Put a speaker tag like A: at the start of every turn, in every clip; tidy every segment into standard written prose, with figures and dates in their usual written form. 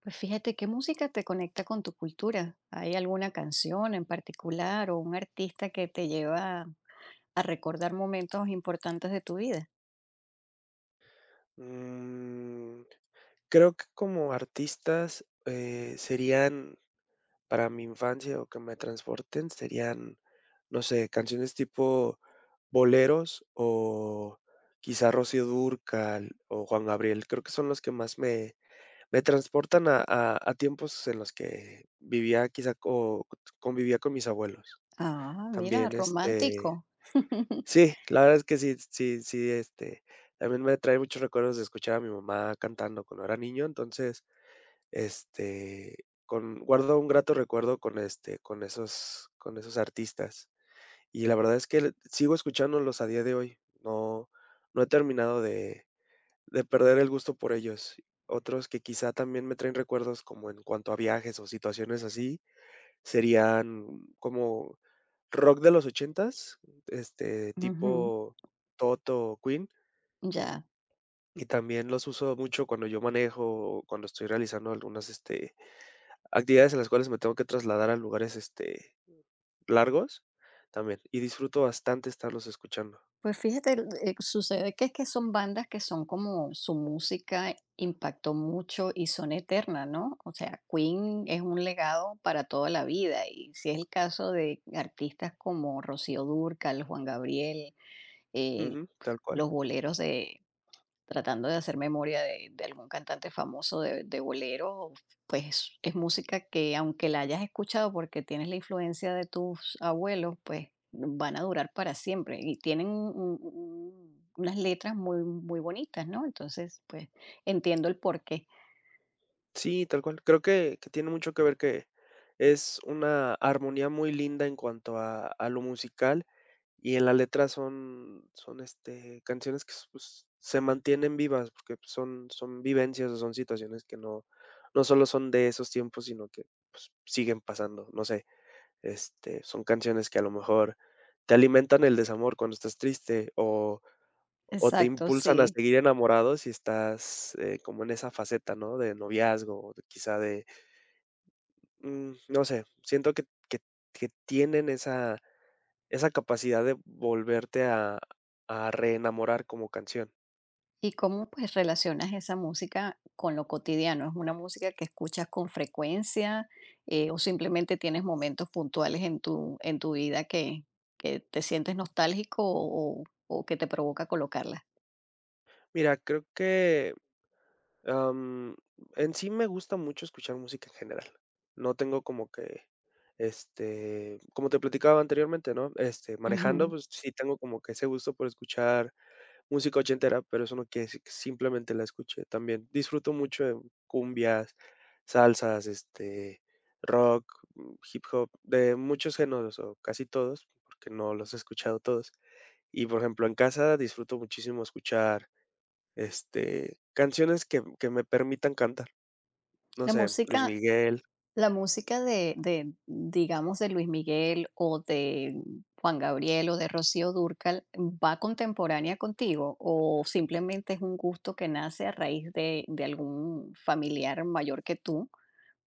A: Pues fíjate, ¿qué música te conecta con tu cultura? ¿Hay alguna canción en particular o un artista que te lleva a recordar momentos importantes de tu vida?
B: Mm, creo que como artistas, serían para mi infancia o que me transporten, serían, no sé, canciones tipo boleros o quizá Rocío Dúrcal o Juan Gabriel. Creo que son los que más me transportan a tiempos en los que vivía quizá o convivía con mis abuelos.
A: Ah, mira,
B: También
A: romántico.
B: sí, la verdad es que sí, también me trae muchos recuerdos de escuchar a mi mamá cantando cuando era niño, entonces, este, con guardo un grato recuerdo con, con esos artistas. Y la verdad es que sigo escuchándolos a día de hoy, no he terminado de perder el gusto por ellos. Otros que quizá también me traen recuerdos como en cuanto a viajes o situaciones así, serían como rock de los ochentas,
A: Ujú.
B: tipo Toto, Queen,
A: Ya,
B: y también los uso mucho cuando yo manejo o cuando estoy realizando algunas, actividades en las cuales me tengo que trasladar a lugares, largos también, y disfruto bastante estarlos escuchando.
A: pues fíjate, sucede que es que son bandas que son como su música impactó mucho y son eternas, ¿no? O sea, Queen es un legado para toda la vida y si es el caso de artistas como Rocío Dúrcal, Juan Gabriel, eh,
B: Ujú, tal cual.
A: los boleros de tratando de hacer memoria de algún cantante famoso de bolero, pues es música que aunque la hayas escuchado porque tienes la influencia de tus abuelos, pues van a durar para siempre y tienen unas letras muy, muy bonitas, ¿no? Entonces, pues entiendo el porqué.
B: Sí, tal cual. Creo que tiene mucho que ver que es una armonía muy linda en cuanto a lo musical. Y en la letra son, canciones que, s- pues, se mantienen vivas, porque, pues, son vivencias o son situaciones que no solo son de esos tiempos, sino que, pues, siguen pasando, no sé, son canciones que a lo mejor te alimentan el desamor cuando estás triste o te
A: Exacto,
B: impulsan a
A: sí.
B: seguir enamorado si estás, como en esa faceta, ¿no?, de noviazgo o de quizá de, no sé, siento que que que tienen esa capacidad de volverte a reenamorar como canción.
A: ¿Y cómo, pues, relacionas esa música con lo cotidiano? ¿Es una música que escuchas con frecuencia, o simplemente tienes momentos puntuales en tu vida que te sientes nostálgico o que te provoca colocarla?
B: Mira, creo que, am, en sí me gusta mucho escuchar música en general. No tengo como que, como te platicaba anteriormente, ¿no? Este, manejando,
A: Ujú.
B: pues sí tengo como que ese gusto por escuchar música ochentera, pero eso no quiere decir que simplemente la escuche también. Disfruto mucho de cumbias, salsas, rock, hip hop, de muchos géneros o casi todos, porque no los he escuchado todos. Y, por ejemplo, en casa disfruto muchísimo escuchar, canciones que me permitan cantar. No
A: La
B: sé, Luis
A: música
B: Miguel,
A: la música de, digamos, de Luis Miguel o de Juan Gabriel o de Rocío Dúrcal, ¿va contemporánea contigo o simplemente es un gusto que nace a raíz de algún familiar mayor que tú?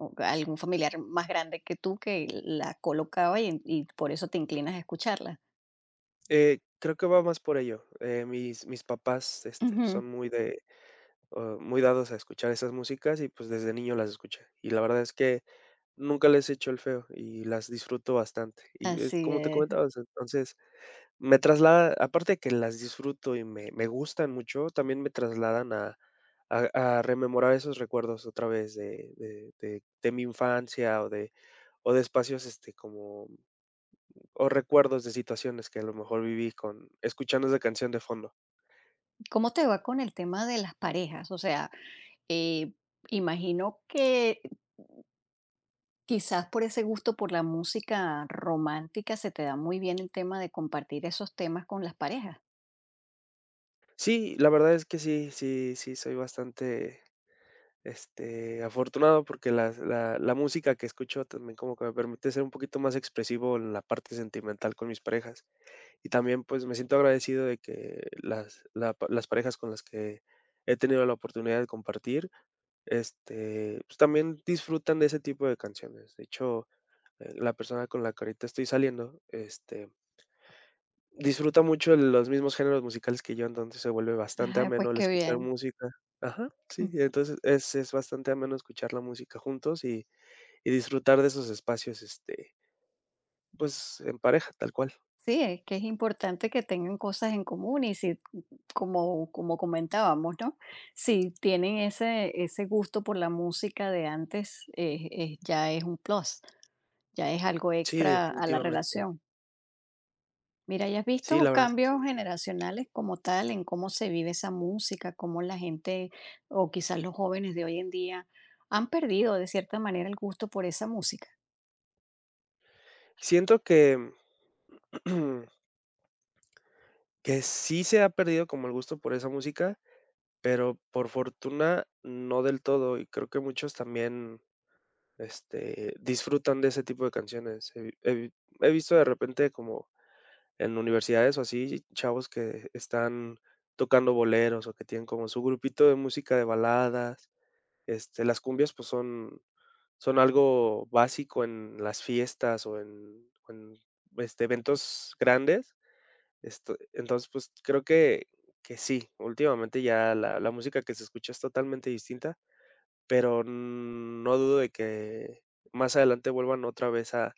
A: O algún familiar más grande que tú que la colocaba y por eso te inclinas a escucharla.
B: creo que va más por ello. Mis papás,
A: Ujú.
B: son muy de, o muy dados a escuchar esas músicas y, pues, desde niño las escuché. Y la verdad es que nunca les he hecho el feo y las disfruto bastante. Y es
A: Así
B: como te
A: es.
B: comentaba, o sea, entonces me traslada, aparte de que las disfruto y me gustan mucho, también me trasladan a rememorar esos recuerdos otra vez de mi infancia o de espacios este como, o recuerdos de situaciones que a lo mejor viví con escuchando esa canción de fondo.
A: ¿Cómo te va con el tema de las parejas? O sea, eh, imagino que quizás por ese gusto por la música romántica se te da muy bien el tema de compartir esos temas con las parejas.
B: Sí, la verdad es que sí, sí, sí, soy bastante afortunado porque las la la música que escucho también como que me permite ser un poquito más expresivo en la parte sentimental con mis parejas. Y también, pues, me siento agradecido de que las la pa las parejas con las que he tenido la oportunidad de compartir, pues, también disfrutan de ese tipo de canciones. De hecho, la persona con la que ahorita estoy saliendo, disfruta mucho los mismos géneros musicales que yo, entonces se vuelve bastante
A: Ay, pues
B: ameno el
A: qué
B: escuchar
A: bien.
B: música. Ajá, sí, y entonces es bastante ameno escuchar la música juntos y disfrutar de esos espacios, pues, en pareja, tal cual.
A: Sí, es que es importante que tengan cosas en común y si, como, como comentábamos, ¿no? Si tienen ese gusto por la música de antes, ya es un plus, ya es algo
B: Sí,
A: extra a la
B: definitivamente.
A: relación. Mira, ¿y has
B: Sí,
A: visto
B: la verdad es que
A: cambios
B: sí.
A: generacionales como tal en cómo se vive esa música, cómo la gente o quizás los jóvenes de hoy en día han perdido de cierta manera el gusto por esa música?
B: Siento que que sí se ha perdido como el gusto por esa música, pero por fortuna no del todo, y creo que muchos también, disfrutan de ese tipo de canciones. He visto de repente como en universidades o así, chavos que están tocando boleros, o que tienen como su grupito de música de baladas. Este, las cumbias, pues, son algo básico en las fiestas o en eventos grandes. Esto entonces, pues, creo que sí, últimamente ya la música que se escucha es totalmente distinta. Pero no dudo de que más adelante vuelvan otra vez a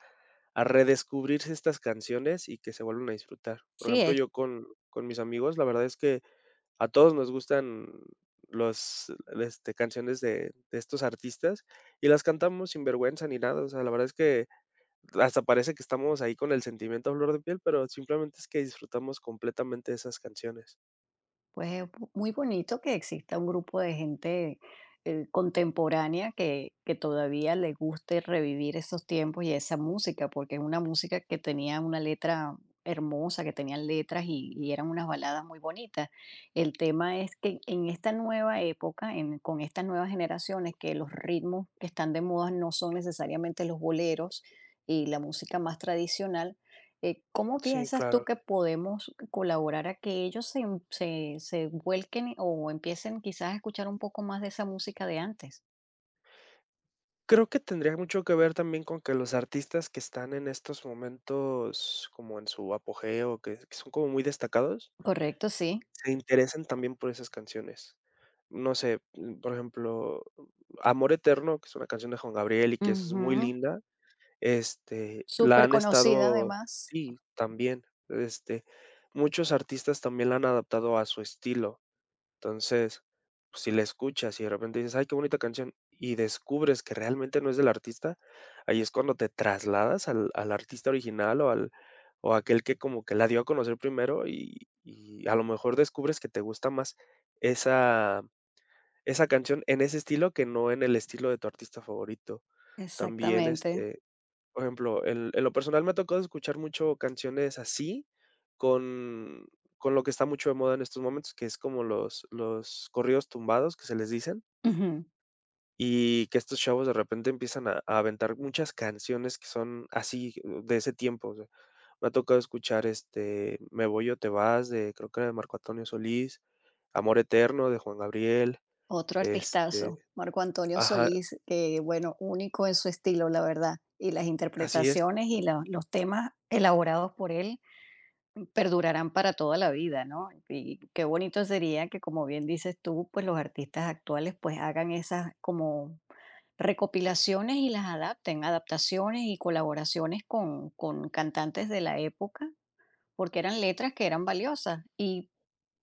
B: a redescubrirse estas canciones y que se vuelvan a disfrutar. Por
A: Sí,
B: ejemplo,
A: es.
B: yo con mis amigos, la verdad es que a todos nos gustan los, canciones de estos artistas y las cantamos sin vergüenza ni nada. O sea, la verdad es que hasta parece que estamos ahí con el sentimiento a flor de piel, pero simplemente es que disfrutamos completamente de esas canciones.
A: Pues es muy bonito que exista un grupo de gente contemporánea que todavía le guste revivir esos tiempos y esa música, porque es una música que tenía una letra hermosa, que tenían letras y eran unas baladas muy bonitas. El tema es que en esta nueva época, con estas nuevas generaciones, que los ritmos que están de moda no son necesariamente los boleros y la música más tradicional, ¿cómo
B: Sí,
A: piensas tú
B: claro.
A: que podemos colaborar a que ellos se, se vuelquen o empiecen quizás a escuchar un poco más de esa música de antes?
B: Creo que tendría mucho que ver también con que los artistas que están en estos momentos como en su apogeo, que son como muy destacados,
A: Correcto, sí.
B: se interesen también por esas canciones. No sé, por ejemplo, Amor Eterno, que es una canción de Juan Gabriel y que es muy
A: Ujú.
B: linda, la
A: Súper
B: han
A: conocida
B: estado
A: además.
B: sí, también, muchos artistas también la han adaptado a su estilo. Entonces, si la escuchas y de repente dices: "Ay, qué bonita canción", y descubres que realmente no es del artista, ahí es cuando te trasladas al artista original o al o aquel que como que la dio a conocer primero y a lo mejor descubres que te gusta más esa esa canción en ese estilo que no en el estilo de tu artista favorito. También,
A: Exactamente.
B: por ejemplo, en lo personal me ha tocado escuchar mucho canciones así, con con lo que está mucho de moda en estos momentos, que es como los corridos tumbados que se les dicen,
A: Ujú.
B: y que estos chavos de repente empiezan a aventar muchas canciones que son así, de ese tiempo, o sea, me ha tocado escuchar, Me voy o te vas de creo que era de Marco Antonio Solís, Amor eterno de Juan Gabriel,
A: Otro
B: este
A: artistazo, Marco Antonio
B: ajá,
A: Solís, que bueno, único en su estilo, la verdad. Y las
B: así es.
A: interpretaciones y los temas elaborados por él perdurarán para toda la vida, ¿no? Y qué bonito sería que, como bien dices tú, pues los artistas actuales pues hagan esas como recopilaciones y las adapten, adaptaciones y colaboraciones con cantantes de la época, porque eran letras que eran valiosas. ¿Y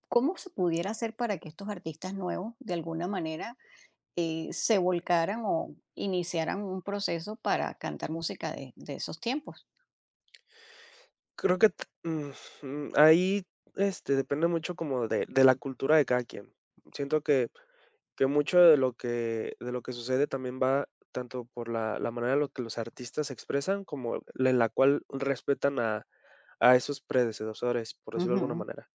A: cómo se pudiera hacer para que estos artistas nuevos, de alguna manera, se volcaran o iniciaran un proceso para cantar música de esos tiempos?
B: Creo que t mm, mm, ahí, este, depende mucho como de la cultura de cada quien. Siento que mucho de lo que sucede también va tanto por la manera en la que los artistas se expresan como la en la cual respetan a esos predecesores, por decirlo de alguna
A: Ujú.
B: manera.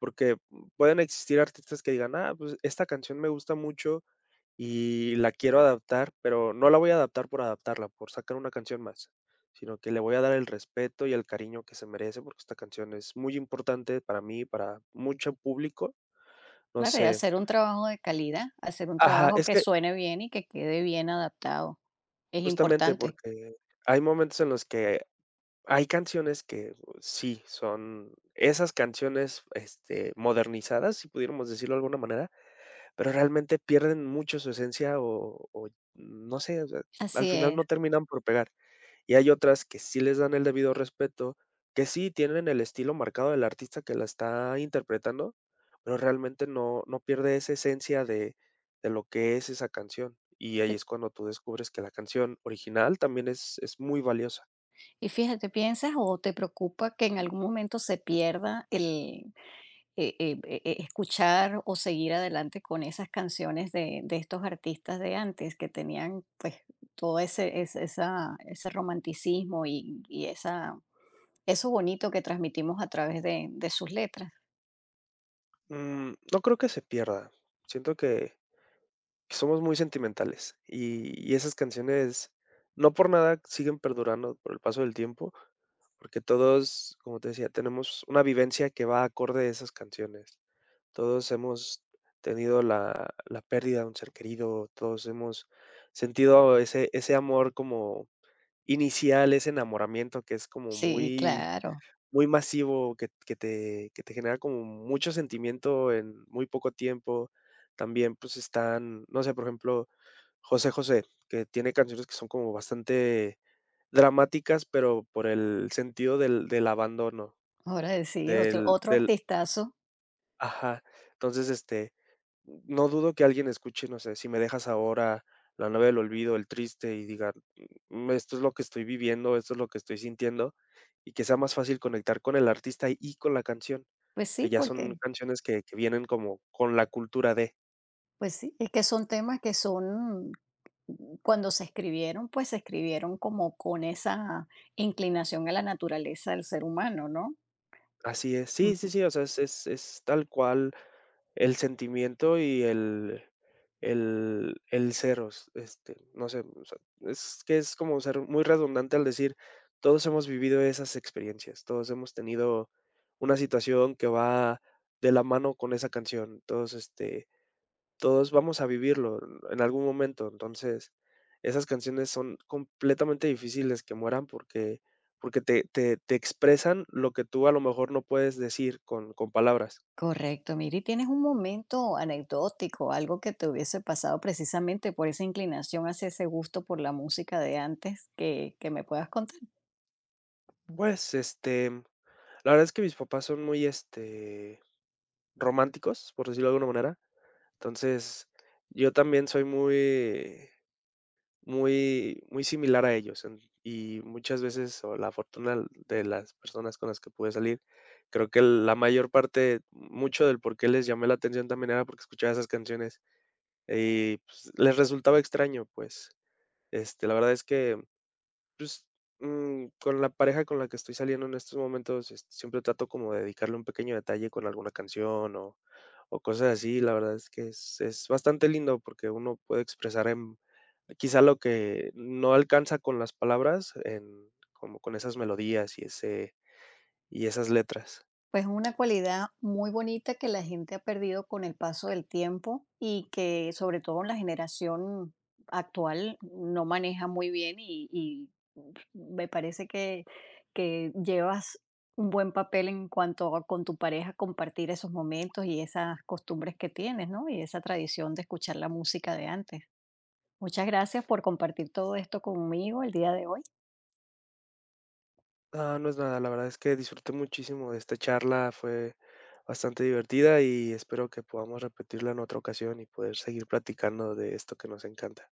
B: Porque pueden existir artistas que digan: "Ah, pues esta canción me gusta mucho y la quiero adaptar, pero no la voy a adaptar por adaptarla, por sacar una canción más, sino que le voy a dar el respeto y el cariño que se merece, porque esta canción es muy importante para mí, para mucho público". No
A: Claro, y
B: sé.
A: hacer un trabajo de calidad, hacer un
B: Ajá,
A: trabajo
B: es
A: que
B: que
A: suene bien y que quede bien adaptado, es
B: justamente
A: importante.
B: porque hay momentos en los que hay canciones que sí son esas canciones, modernizadas, si pudiéramos decirlo de alguna manera. Pero realmente pierden mucho su esencia o no sé, o sea, al
A: Así
B: final
A: es.
B: no terminan por pegar. Y hay otras que sí les dan el debido respeto, que sí tienen el estilo marcado del artista que la está interpretando, pero realmente no pierde esa esencia de lo que es esa canción. Y ahí
A: Sí.
B: es cuando tú descubres que la canción original también es muy valiosa.
A: Y fíjate, ¿piensas o te preocupa que en algún momento se pierda el escuchar o seguir adelante con esas canciones de estos artistas de antes que tenían pues todo ese, esa, ese romanticismo y esa, eso bonito que transmitimos a través de sus letras?
B: Mm, no creo que se pierda. Siento que somos muy sentimentales y esas canciones, no por nada siguen perdurando por el paso del tiempo, porque todos, como te decía, tenemos una vivencia que va acorde a esas canciones. Todos hemos tenido la pérdida de un ser querido, todos hemos sentido ese amor como inicial, ese enamoramiento que es como
A: Sí,
B: muy
A: claro.
B: muy masivo que te genera como mucho sentimiento en muy poco tiempo. También, pues, están, no sé, por ejemplo, José José, que tiene canciones que son como bastante dramáticas, pero por el sentido del abandono,
A: Ahora sí,
B: del
A: otro
B: de
A: artistazo.
B: ajá. Entonces, no dudo que alguien escuche, no sé, si me dejas ahora, la novia del olvido, el triste, y diga, esto es lo que estoy viviendo, esto es lo que estoy sintiendo, y que sea más fácil conectar con el artista y con la canción,
A: Pues
B: que
A: sí,
B: ya son
A: porque
B: canciones que, vienen como con la cultura de.
A: pues sí, es que son temas que son cuando se escribieron, pues se escribieron como con esa inclinación a la naturaleza del ser humano, ¿no?
B: Así es.
A: Mm.
B: Sí, sí, sí, o sea, es tal cual el sentimiento y el seros, no sé, o sea, es que es como ser muy redundante al decir, todos hemos vivido esas experiencias, todos hemos tenido una situación que va de la mano con esa canción, todos, todos vamos a vivirlo en algún momento, entonces, esas canciones son completamente difíciles que mueran porque porque te expresan lo que tú a lo mejor no puedes decir con palabras.
A: Correcto. Mira, ¿tienes un momento anecdótico, algo que te hubiese pasado precisamente por esa inclinación hacia ese gusto por la música de antes que me puedas contar?
B: Pues, la verdad es que mis papás son muy, románticos, por decirlo de alguna manera. Entonces, yo también soy muy, muy similar a ellos, en y muchas veces, o la fortuna de las personas con las que pude salir, creo que la mayor parte, mucho del por qué les llamé la atención también era porque escuchaba esas canciones y, pues, les resultaba extraño, pues, la verdad es que pues, con la pareja con la que estoy saliendo en estos momentos, siempre trato como de dedicarle un pequeño detalle con alguna canción o cosas así. La verdad es que es bastante lindo porque uno puede expresar en quizá lo que no alcanza con las palabras en como con esas melodías y ese y esas letras.
A: Pues una cualidad muy bonita que la gente ha perdido con el paso del tiempo y que sobre todo la generación actual no maneja muy bien y me parece que llevas un buen papel en cuanto a con tu pareja compartir esos momentos y esas costumbres que tienes, ¿no? Y esa tradición de escuchar la música de antes. Muchas gracias por compartir todo esto conmigo el día de hoy.
B: Ah, no es nada, la verdad es que disfruté muchísimo de esta charla, fue bastante divertida y espero que podamos repetirla en otra ocasión y poder seguir platicando de esto que nos encanta.